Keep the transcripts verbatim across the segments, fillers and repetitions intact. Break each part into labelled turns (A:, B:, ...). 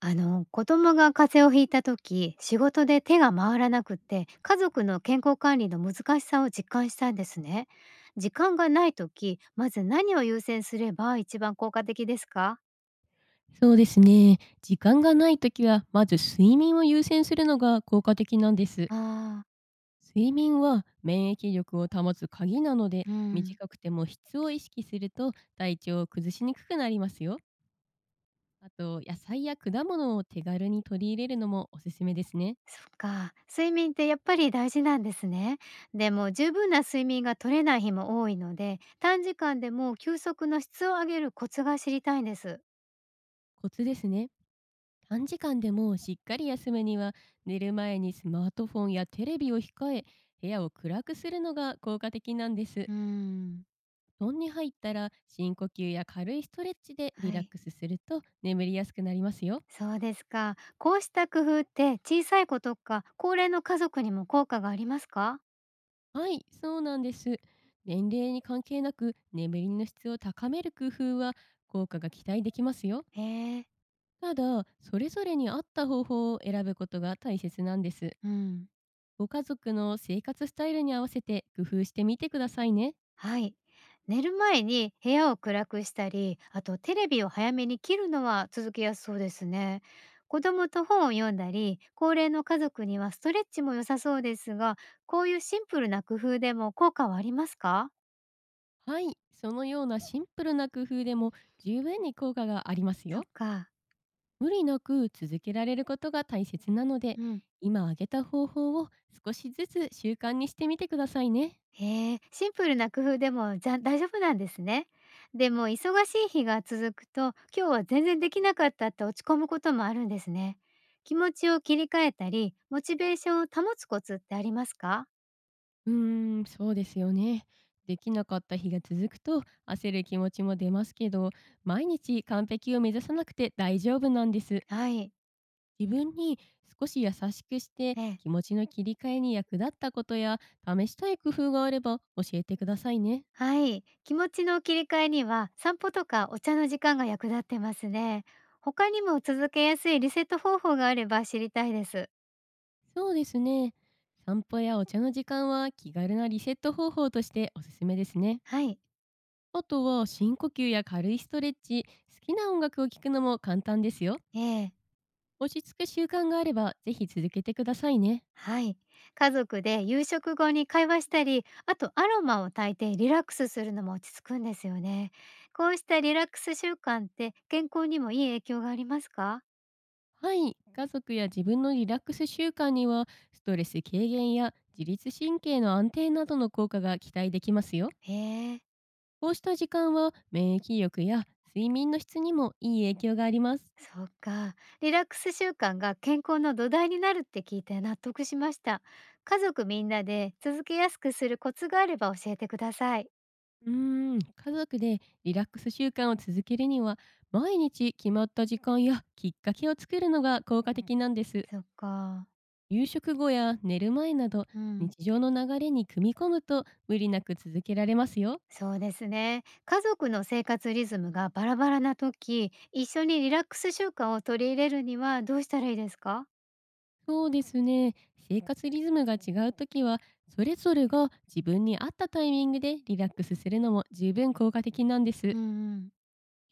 A: あの子供が風邪をひいた時、仕事で手が回らなくって、家族の健康管理の難しさを実感したんですね。時間がない時、まず何を優先すれば一番効果的ですか？
B: そうですね。時間がないときは、まず睡眠を優先するのが効果的なんです。
A: あー。
B: 睡眠は免疫力を保つ鍵なので、
A: うん。
B: 短くても質を意識すると体調を崩しにくくなりますよ。あと、野菜や果物を手軽に取り入れるのもおすすめですね。
A: そっか、睡眠ってやっぱり大事なんですね。でも十分な睡眠が取れない日も多いので、短時間でも休息の質を上げるコツが知りたいんです。
B: コツですね。短時間でもしっかり休むには、寝る前にスマートフォンやテレビを控え、部屋を暗くするのが効果的なんです。
A: うん。
B: 布団に入ったら深呼吸や軽いストレッチでリ
A: は
B: ラッ
A: い。
B: クスすると眠りやすくなりますよ。
A: そうですか。こうした工夫って小さい子とか高齢の家族にも効果がありますか？
B: はい、そうなんです。年齢に関係なく眠りの質を高める工夫は効果が期待できますよ。
A: へえ。
B: ただ、それぞれに合った方法を選ぶことが大切なんです。
A: うん。
B: ご家族の生活スタイルに合わせて工夫してみてくださいね。
A: はい。寝る前に部屋を暗くしたり、あとテレビを早めに切るのは続けやすそうですね。子供と本を読んだり、高齢の家族にはストレッチも良さそうですが、こういうシンプルな工夫でも効果はありますか？
B: はい、そのようなシンプルな工夫でも十分に効果があります
A: そ
B: よ。
A: っか。
B: 無理なく続けられることが大切なので、
A: うん。
B: 今挙げた方法を少しずつ習慣にしてみてくださいね。
A: へえ、シンプルな工夫でも、じゃ大丈夫なんですね。でも忙しい日が続くと、今日は全然できなかったって落ち込むこともあるんですね。気持ちを切り替えたり、モチベーションを保つコツってありますか？
B: うーん、そうですよね。できなかった日が続くと焦る気持ちも出ますけど、毎日完璧を目指さなくて大丈夫なんです。
A: はい。
B: 自分に少し優しくして、
A: ええ。
B: 気持ちの切り替えに役立ったことや試したい工夫があれば教えてくださいね。
A: はい。気持ちの切り替えには、散歩とかお茶の時間が役立ってますね。他にも続けやすいリセット方法があれば知りたいです。
B: そうですね。散歩やお茶の時間は気軽なリセット方法としておすすめですね。
A: はい。
B: あとは深呼吸や軽いストレッチ、好きな音楽を聴くのも簡単ですよ。
A: ええ。
B: 落ち着く習慣があれば、ぜひ続けてくださいね。
A: はい。家族で夕食後に会話したり、あとアロマを炊いてリラックスするのも落ち着くんですよね。こうしたリラックス習慣って健康にもいい影響がありますか？
B: はい、家族や自分のリラックス習慣には、ストレス軽減や自律神経の安定などの効果が期待できますよ。
A: へえ、
B: こうした時間は免疫力や睡眠の質にもいい影響があります。
A: そっか。リラックス習慣が健康の土台になるって聞いて納得しました。家族みんなで続けやすくするコツがあれば教えてください。
B: うーん、家族でリラックス習慣を続けるには、毎日決まった時間やきっかけを作るのが効果的なんです。
A: そっか。
B: 夕食後や寝る前など、
A: うん。
B: 日常の流れに組み込むと無理なく続けられますよ。
A: そうですね。家族の生活リズムがバラバラな時、一緒にリラックス習慣を取り入れるにはどうしたらいいですか？
B: そうですね。生活リズムが違うときは、それぞれが自分に合ったタイミングでリラックスするのも十分効果的なんです。
A: うんうん。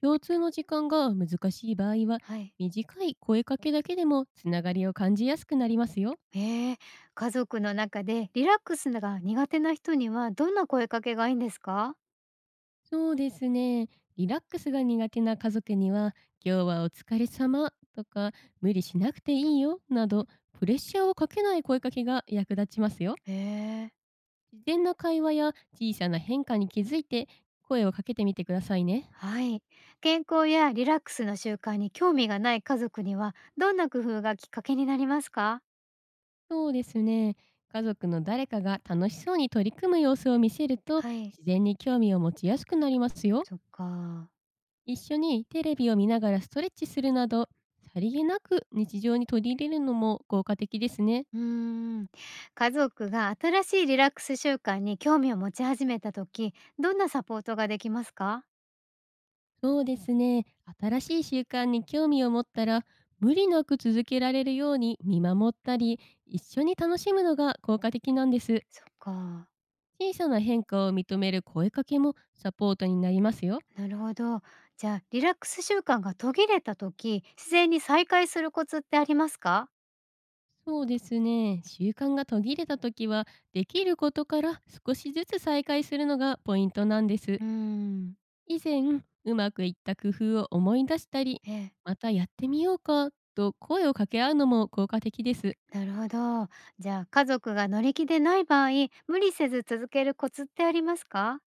B: 共通の時間が難しい場合は、
A: はい。
B: 短い声かけだけでもつながりを感じやすくなりますよ。
A: ええ、家族の中でリラックスが苦手な人にはどんな声かけがいいんですか？
B: そうですね。リラックスが苦手な家族には、今日はお疲れ様とか、無理しなくていいよなど、プレッシャーをかけない声かけが役立ちますよ。
A: へえ。
B: 自然な会話や小さな変化に気づいて、声をかけてみてくださいね。
A: はい。健康やリラックスの習慣に興味がない家族には、どんな工夫がきっかけになりますか？
B: そうですね。家族の誰かが楽しそうに取り組む様子を見せると、
A: はい、
B: 自然に興味を持ちやすくなりますよ。
A: そっか。
B: 一緒にテレビを見ながらストレッチするなど、さりげなく日常に取り入れるのも効果的ですね。
A: うーん、家族が新しいリラックス習慣に興味を持ち始めた時、どんなサポートができますか？
B: そうですね。新しい習慣に興味を持ったら、無理なく続けられるように見守ったり、一緒に楽しむのが効果的なんです。
A: そっか。
B: 小さな変化を認める声かけもサポートになりますよ。
A: なるほど。じゃあ、リラックス習慣が途切れた時、自然に再開するコツってありますか？
B: そうですね。習慣が途切れた時は、できることから少しずつ再開するのがポイントなんです。
A: うーん。
B: 以前、うまくいった工夫を思い出したり、
A: ええ。
B: またやってみようかと声を掛け合うのも効果的です。
A: なるほど。じゃあ、家族が乗り気でない場合、無理せず続けるコツってありますか？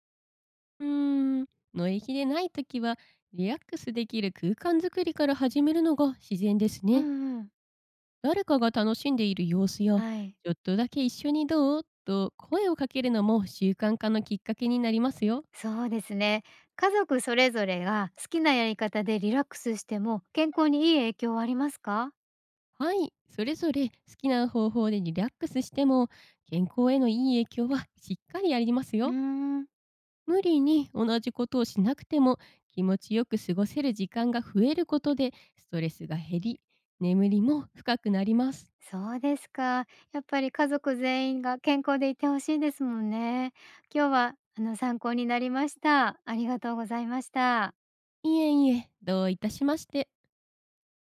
B: うーん、のえきでない時は、リラックスできる空間づくりから始めるのが自然です
A: う
B: ね。
A: んうん。
B: 誰かが楽しんでいる様子や、
A: はい。
B: ちょっとだけ一緒にどうと声をかけるのも習慣化のきっかけになりますよ。
A: そうですね。家族それぞれが好きなやり方でリラックスしても健康にいい影響はありますか？
B: はい、それぞれ好きな方法でリラックスしても、健康へのいい影響はしっかりあります
A: うー
B: よ。
A: ん、
B: 無理に同じことをしなくても、気持ちよく過ごせる時間が増えることでストレスが減り、眠りも深くなります。
A: そうですか。やっぱり家族全員が健康でいてほしいですもんね。今日はあの参考になりました。ありがとうございました。
B: いえいえ、どういたしまして。